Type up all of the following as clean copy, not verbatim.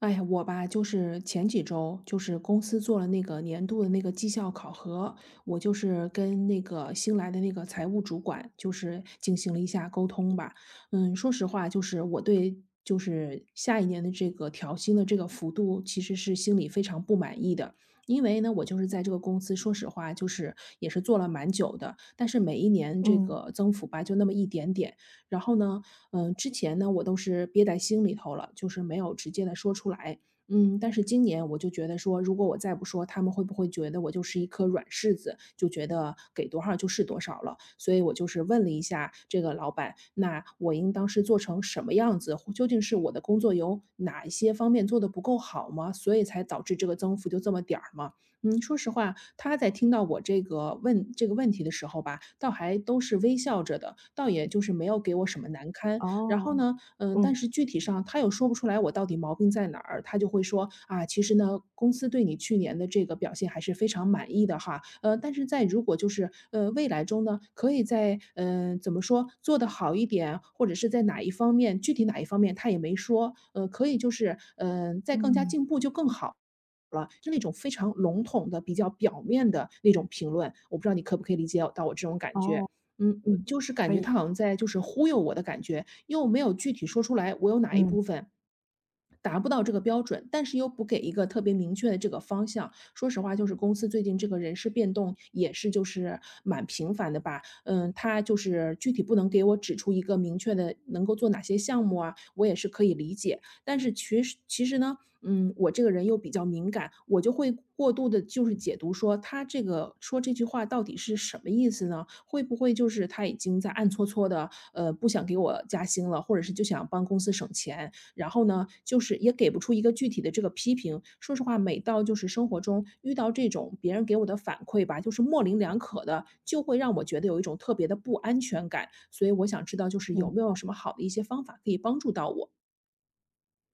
哎呀，我吧，就是前几周，就是公司做了那个年度的那个绩效考核，我就是跟那个新来的那个财务主管，就是进行了一下沟通吧。说实话，就是我对就是下一年的这个调薪的这个幅度，其实是心里非常不满意的。因为呢，我就是在这个公司，说实话，就是也是做了蛮久的，但是每一年这嗯。个增幅吧，就那么一点点。然后呢，之前呢，我都是憋在心里头了，就是没有直接的说出来。嗯，但是今年我就觉得说，如果我再不说，他们会不会觉得我就是一颗软柿子，就觉得给多少就是多少了？所以我就是问了一下这个老板，那我应当是做成什么样子？或究竟是我的工作有哪一些方面做的不够好吗？所以才导致这个增幅就这么点儿吗？说实话，他在听到我这个问题的时候吧，倒还都是微笑着的，倒也就是没有给我什么难堪。然哦。后呢，嗯，但嗯。是具体上他又说不出来我到底毛病在哪儿，他就会说啊，其实呢，公司对你去年的这个表现还是非常满意的哈，但是在如果就是未来中呢，可以在怎么说做得好一点，或者是在哪一方面，具体哪一方面他也没说，可以就是再更加嗯。进步就更好。了，就那种非常笼统的、比较表面的那种评论，我不知道你可不可以理解到我这种感觉。哦。嗯，嗯。就是感可觉以。他好像在就是忽悠我的感觉，又没有具体说出来我有哪一嗯。部分达不到这个标准，但是又不给一个特别明确的这个方向。说实话，就是公司最近这个人事变动也是就是蛮频繁的吧，嗯，他就是具体不能给我指出一个明确的能够做哪些项目啊，我也是可以理解。但是其实呢，我这个人又比较敏感，我就会过度的就是解读说他这个说这句话到底是什么意思呢？会不会就是他已经在暗搓搓的不想给我加薪了，或者是就想帮公司省钱？然后呢，就是也给不出一个具体的这个批评。说实话，每到就是生活中遇到这种别人给我的反馈吧，就是模棱两可的，就会让我觉得有一种特别的不安全感。所以我想知道，就是没有没有什么好的一些方法可以帮助到我？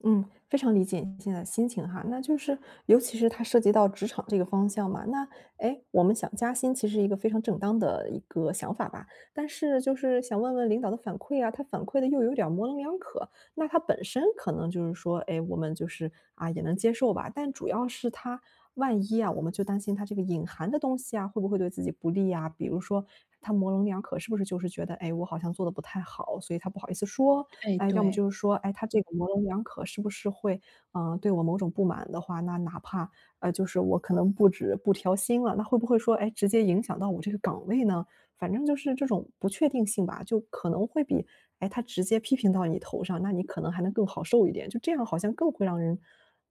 嗯，非常理解你现在的心情哈。那就是尤其是它涉及到职场这个方向嘛，那，哎，我们想加薪其实一个非常正当的一个想法吧，但是就是想问问领导的反馈啊，他反馈的又有点儿模棱两可。那他本身可能就是说，哎，我们就是，啊，也能接受吧，但主要是他万一啊，我们就担心他这个隐含的东西啊，会不会对自己不利啊？比如说他模棱两可，是不是就是觉得，哎我好像做的不太好，所以他不好意思说，哎，哎，要么对，就是说，哎，他这个模棱两可是不是会，对我某种不满的话，那哪怕，就是我可能不止不调薪了，那会不会说，哎，直接影响到我这个岗位呢？反正就是这种不确定性吧，就可能会比，哎，他直接批评到你头上，那你可能还能更好受一点，就这样好像更会让人，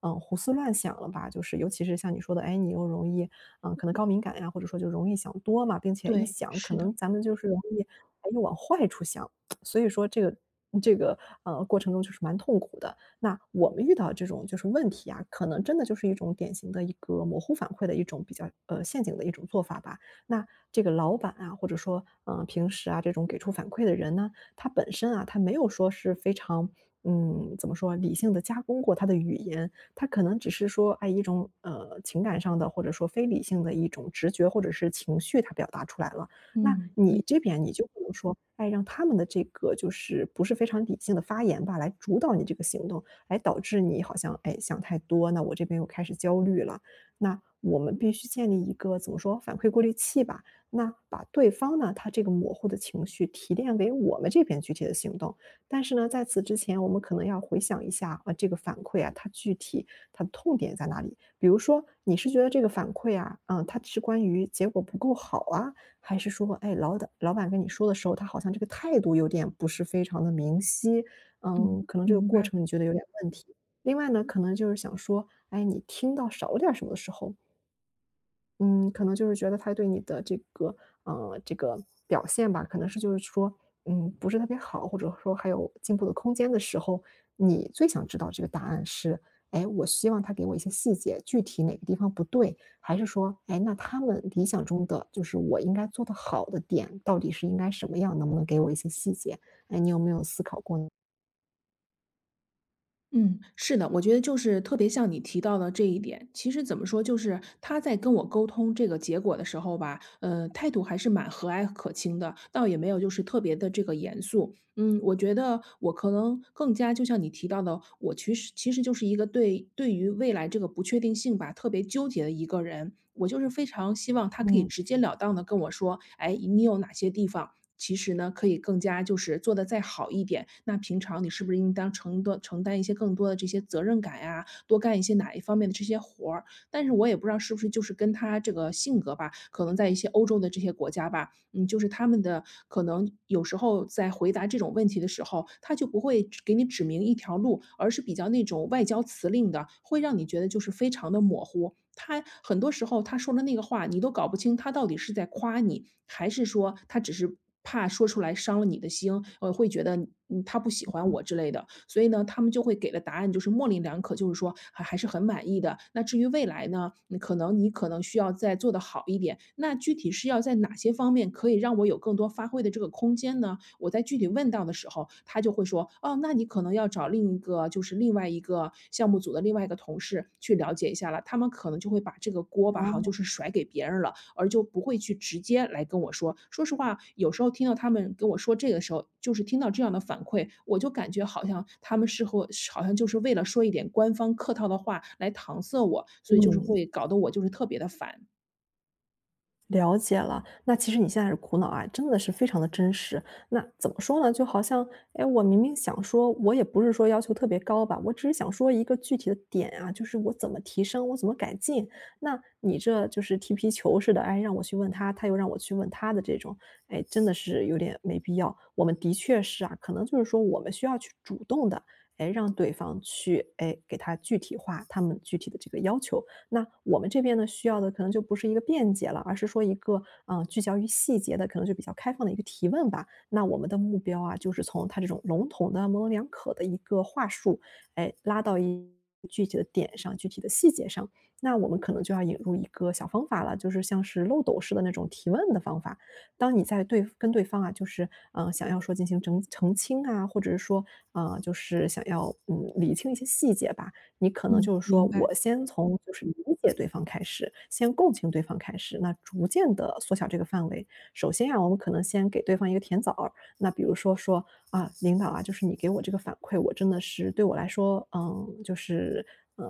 嗯，胡思乱想了吧？就是尤其是像你说的，哎，你又容易，可能高敏感呀，或者说就容易想多嘛，并且一对，想，可是能的，咱们就是容易，哎，又往坏处想，所以说这个过程中就是蛮痛苦的。那我们遇到这种就是问题啊，可能真的就是一种典型的一个模糊反馈的一种比较陷阱的一种做法吧。那这个老板啊，或者说平时啊这种给出反馈的人呢，他本身啊他没有说是非常。嗯，怎么说？理性的加工过他的语言，他可能只是说，哎，一种情感上的，或者说非理性的一种直觉或者是情绪，他表达出来了。那嗯。你这边你就不能说，哎，让他们的这个就是不是非常理性的发言吧，来主导你这个行动，来导致你好像，哎，想太多，那我这边又开始焦虑了。那我们必须建立一个怎么说反馈过滤器吧，那把对方呢，他这个模糊的情绪提炼给我们这边具体的行动。但是呢，在此之前，我们可能要回想一下啊，这个反馈啊，它具体它的痛点在哪里？比如说，你是觉得这个反馈啊，嗯，它是关于结果不够好啊，还是说，哎，老板，老板跟你说的时候，他好像这个态度有点不是非常的明晰，嗯，可能这个明过白。程你觉得有点问题。另外呢，可能就是想说，哎，你听到少点儿什么的时候，嗯，可能就是觉得他对你的这个这个表现吧，可能是就是说，不是特别好，或者说还有进步的空间的时候，你最想知道这个答案是，哎，我希望他给我一些细节，具体哪个地方不对，还是说，哎，那他们理想中的就是我应该做得好的点到底是应该什么样？能不能给我一些细节？哎，你有没有思考过呢？嗯，是的，我觉得就是特别像你提到的这一点。其实怎么说，就是他在跟我沟通这个结果的时候吧，态度还是蛮和蔼可亲的，倒也没有就是特别的这个严肃。嗯，我觉得我可能更加就像你提到的，我其实就是一个对于未来这个不确定性吧，特别纠结的一个人。我就是非常希望他可以嗯。直截了当的跟我说，哎，你有哪些地方其实呢，可以更加就是做得再好一点。那平常你是不是应当多承担一些更多的这些责任感呀，多干一些哪一方面的这些活儿？但是我也不知道是不是就是跟他这个性格吧，可能在一些欧洲的这些国家吧，嗯，就是他们的可能有时候在回答这种问题的时候，他就不会只给你指明一条路，而是比较那种外交辞令的，会让你觉得就是非常的模糊。他很多时候他说的那个话，你都搞不清他到底是在夸你，还是说他只是怕说出来伤了你的心，会觉得他不喜欢我之类的，所以呢，他们就会给的答案就是模棱两可，就是说还是很满意的。那至于未来呢，嗯可能你可能需要再做得好一点。那具体是要在哪些方面可以让我有更多发挥的这个空间呢？我在具体问到的时候，他就会说，哦，那你可能要找另外一个项目组的另外一个同事去了解一下了，他们可能就会把这个锅吧，好像就哦。是甩给别人了。而就不会去直接来跟我说。说实话，有时候听到他们跟我说这个的时候，就是听到这样的反馈，我就感觉好像他们是好像就是为了说一点官方客套的话来搪塞我，所以就是嗯。会搞得我就是特别的烦。了解了，那其实你现在是苦恼啊，真的是非常的真实。那怎么说呢？就好像，哎，我明明想说，我也不是说要求特别高吧，我只是想说一个具体的点啊，就是我怎么提升，我怎么改进。那你这就是踢皮球似的，哎，让我去问他，他又让我去问他的这种，哎，真的是有点没必要。我们的确是啊，可能就是说我们需要去主动的，哎，让对方去，哎，给他具体化他们具体的这个要求。那我们这边呢，需要的可能就不是一个辩解了，而是说一个，聚焦于细节的，可能就比较开放的一个提问吧。那我们的目标啊，就是从他这种笼统的、模棱两可的一个话术，哎，拉到一具体的点上、具体的细节上。那我们可能就要引入一个小方法了，就是像是漏斗式的那种提问的方法。当你在对跟对方啊，就是想要说进行澄清啊，或者是说啊，就是想要，理清一些细节吧，你可能嗯，就是说明白，我先从就是理解对方开始，先共情对方开始，那逐渐的缩小这个范围。首先啊，我们可能先给对方一个甜枣儿，那比如说说：“啊，领导啊，就是你给我这个反馈，我真的是对我来说，嗯，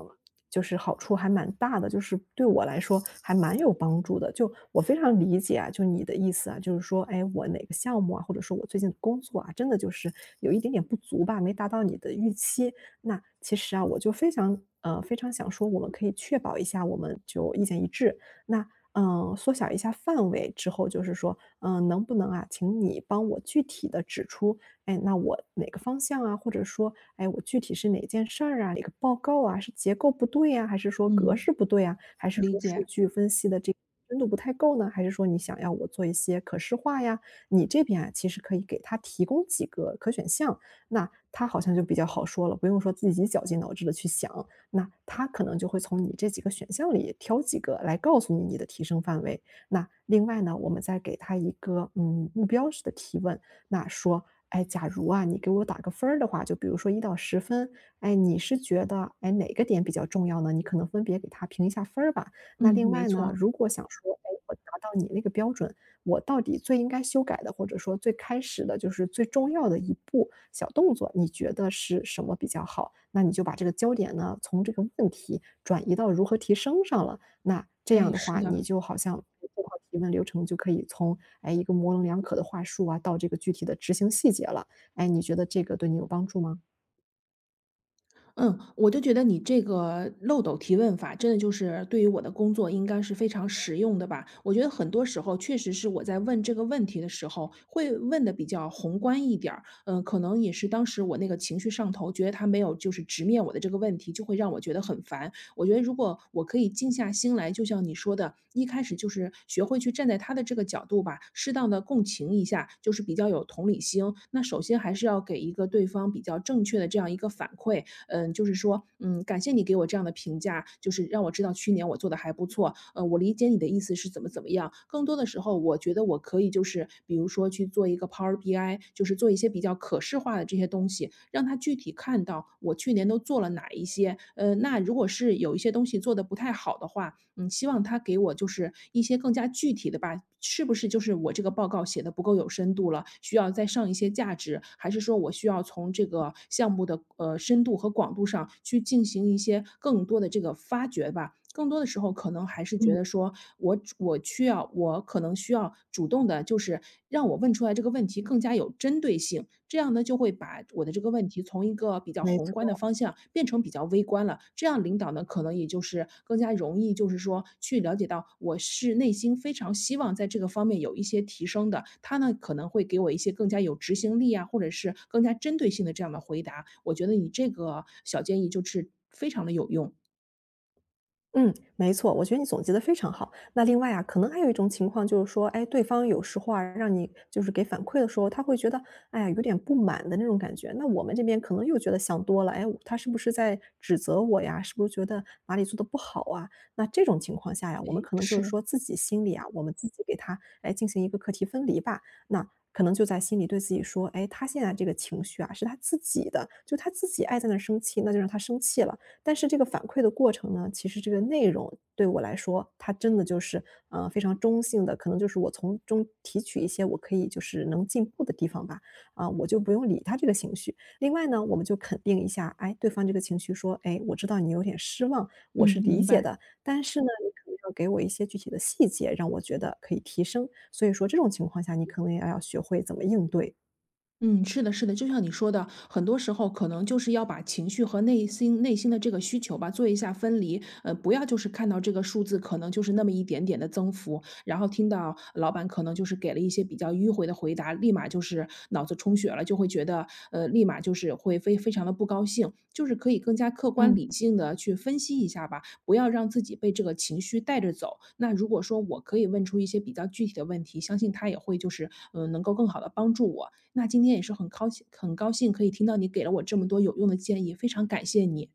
就是好处还蛮大的，就是对我来说还蛮有帮助的。就我非常理解啊，就你的意思啊，就是说，哎，我哪个项目啊，或者说我最近的工作啊，真的就是有一点点不足吧，没达到你的预期。那其实啊，我就非常非常想说，我们可以确保一下，我们就意见一致。那缩小一下范围之后，就是说，嗯、能不能啊，请你帮我具体的指出，哎，那我哪个方向啊，或者说，哎，我具体是哪件事儿啊，哪个报告啊，是结构不对呀、还是说格嗯，式不对啊，还是理说数解，据分析的这个深度不太够呢？还是说你想要我做一些可视化呀？你这边啊，其实可以给他提供几个可选项，那他好像就比较好说了，不用说自己绞尽脑汁的去想，那他可能就会从你这几个选项里挑几个来告诉你你的提升范围。那另外呢，我们再给他一个目标式的提问，那说。哎，假如啊，你给我打个分儿的话，就比如说1到10分，哎，你是觉得哎哪个点比较重要呢？你可能分别给他评一下分儿吧。那嗯，另没外呢，错，如果想说，哎，我达到你那个标准，我到底最应该修改的，或者说最开始的，就是最重要的一步小动作，你觉得是什么比较好？那你就把这个焦点呢，从这个问题转移到如何提升上了。那这哎，样的是话，的。你就好像做好提问流程，就可以从哎一个模棱两可的话术啊，到这个具体的执行细节了。哎，你觉得这个对你有帮助吗？嗯，我就觉得你这个漏斗提问法真的就是对于我的工作应该是非常实用的吧。我觉得很多时候确实是我在问这个问题的时候，会问的比较宏观一点儿，嗯，可能也是当时我那个情绪上头，觉得他没有就是直面我的这个问题，就会让我觉得很烦。我觉得如果我可以静下心来，就像你说的，一开始就是学会去站在他的这个角度吧，适当的共情一下，就是比较有同理心。那首先还是要给一个对方比较正确的这样一个反馈，嗯，就是说，嗯，感谢你给我这样的评价，就是让我知道去年我做的还不错，我理解你的意思是怎么怎么样。更多的时候，我觉得我可以就是比如说去做一个 Power BI，就是做一些比较可视化的这些东西，让他具体看到我去年都做了哪一些。那如果是有一些东西做的不太好的话，嗯，希望他给我就是一些更加具体的吧，是不是就是我这个报告写的不够有深度了，需要再上一些价值，还是说我需要从这个项目的深度和广度上去进行一些更多的这个发掘吧？更多的时候，可能还是觉嗯，得说我需要，我可能需要主动的，就是让我问出来这个问题更加有。有针对性，这样呢就会把我的这个问题从一个比较没宏观的错。方向变成比较微观了。这样领导呢，可能也就是更加容易，就是说去了解到我是内心非常希望在这个方面有一些提升的，他呢可能会给我一些更加有执行力啊，或者是更加针对性的这样的回答。我觉得你这个小建议就是非常的有用。嗯，没错，我觉得你总结的非常好。那另外啊，可能还有一种情况就是说，哎，对方有时候啊，让你就是给反馈的时候，他会觉得，哎呀，有点不满的那种感觉。那我们这边可能又觉得想多了，哎，他是不是在指责我呀？是不是觉得哪里做的不好啊？那这种情况下呀，我们可能就是是，说自己心里啊，我们自己给他，哎，进行一个课题分离吧。那可能就在心里对自己说，哎，他现在这个情绪啊，是他自己的，就他自己爱在那儿生气，那就让他生气了。但是这个反馈的过程呢，其实这个内容对我来说，它真的就是，非常中性的，可能就是我从中提取一些我可以就是能进步的地方吧，啊，我就不用理他这个情绪。另外呢，我们就肯定一下，哎，对方这个情绪说，哎，我知道你有点失望，我嗯，是理明白。解的，但是呢，你可能要给我一些具体的细节，让我觉得可以提升。所以说这种情况下，你可能也要学会怎么应对。嗯，是的，是的，就像你说的，很多时候可能就是要把情绪和内心的这个需求吧，做一下分离。不要就是看到这个数字可能就是那么一点点的增幅，然后听到老板可能就是给了一些比较迂回的回答，立马就是脑子充血了，就会觉得立马就是会非常的不高兴。就是可以更加客观嗯。理性的去分析一下吧，不要让自己被这个情绪带着走。那如果说我可以问出一些比较具体的问题，相信他也会就是能够更好的帮助我。那今天也是很高兴可以听到你给了我这么多有用的建议，非常感谢你。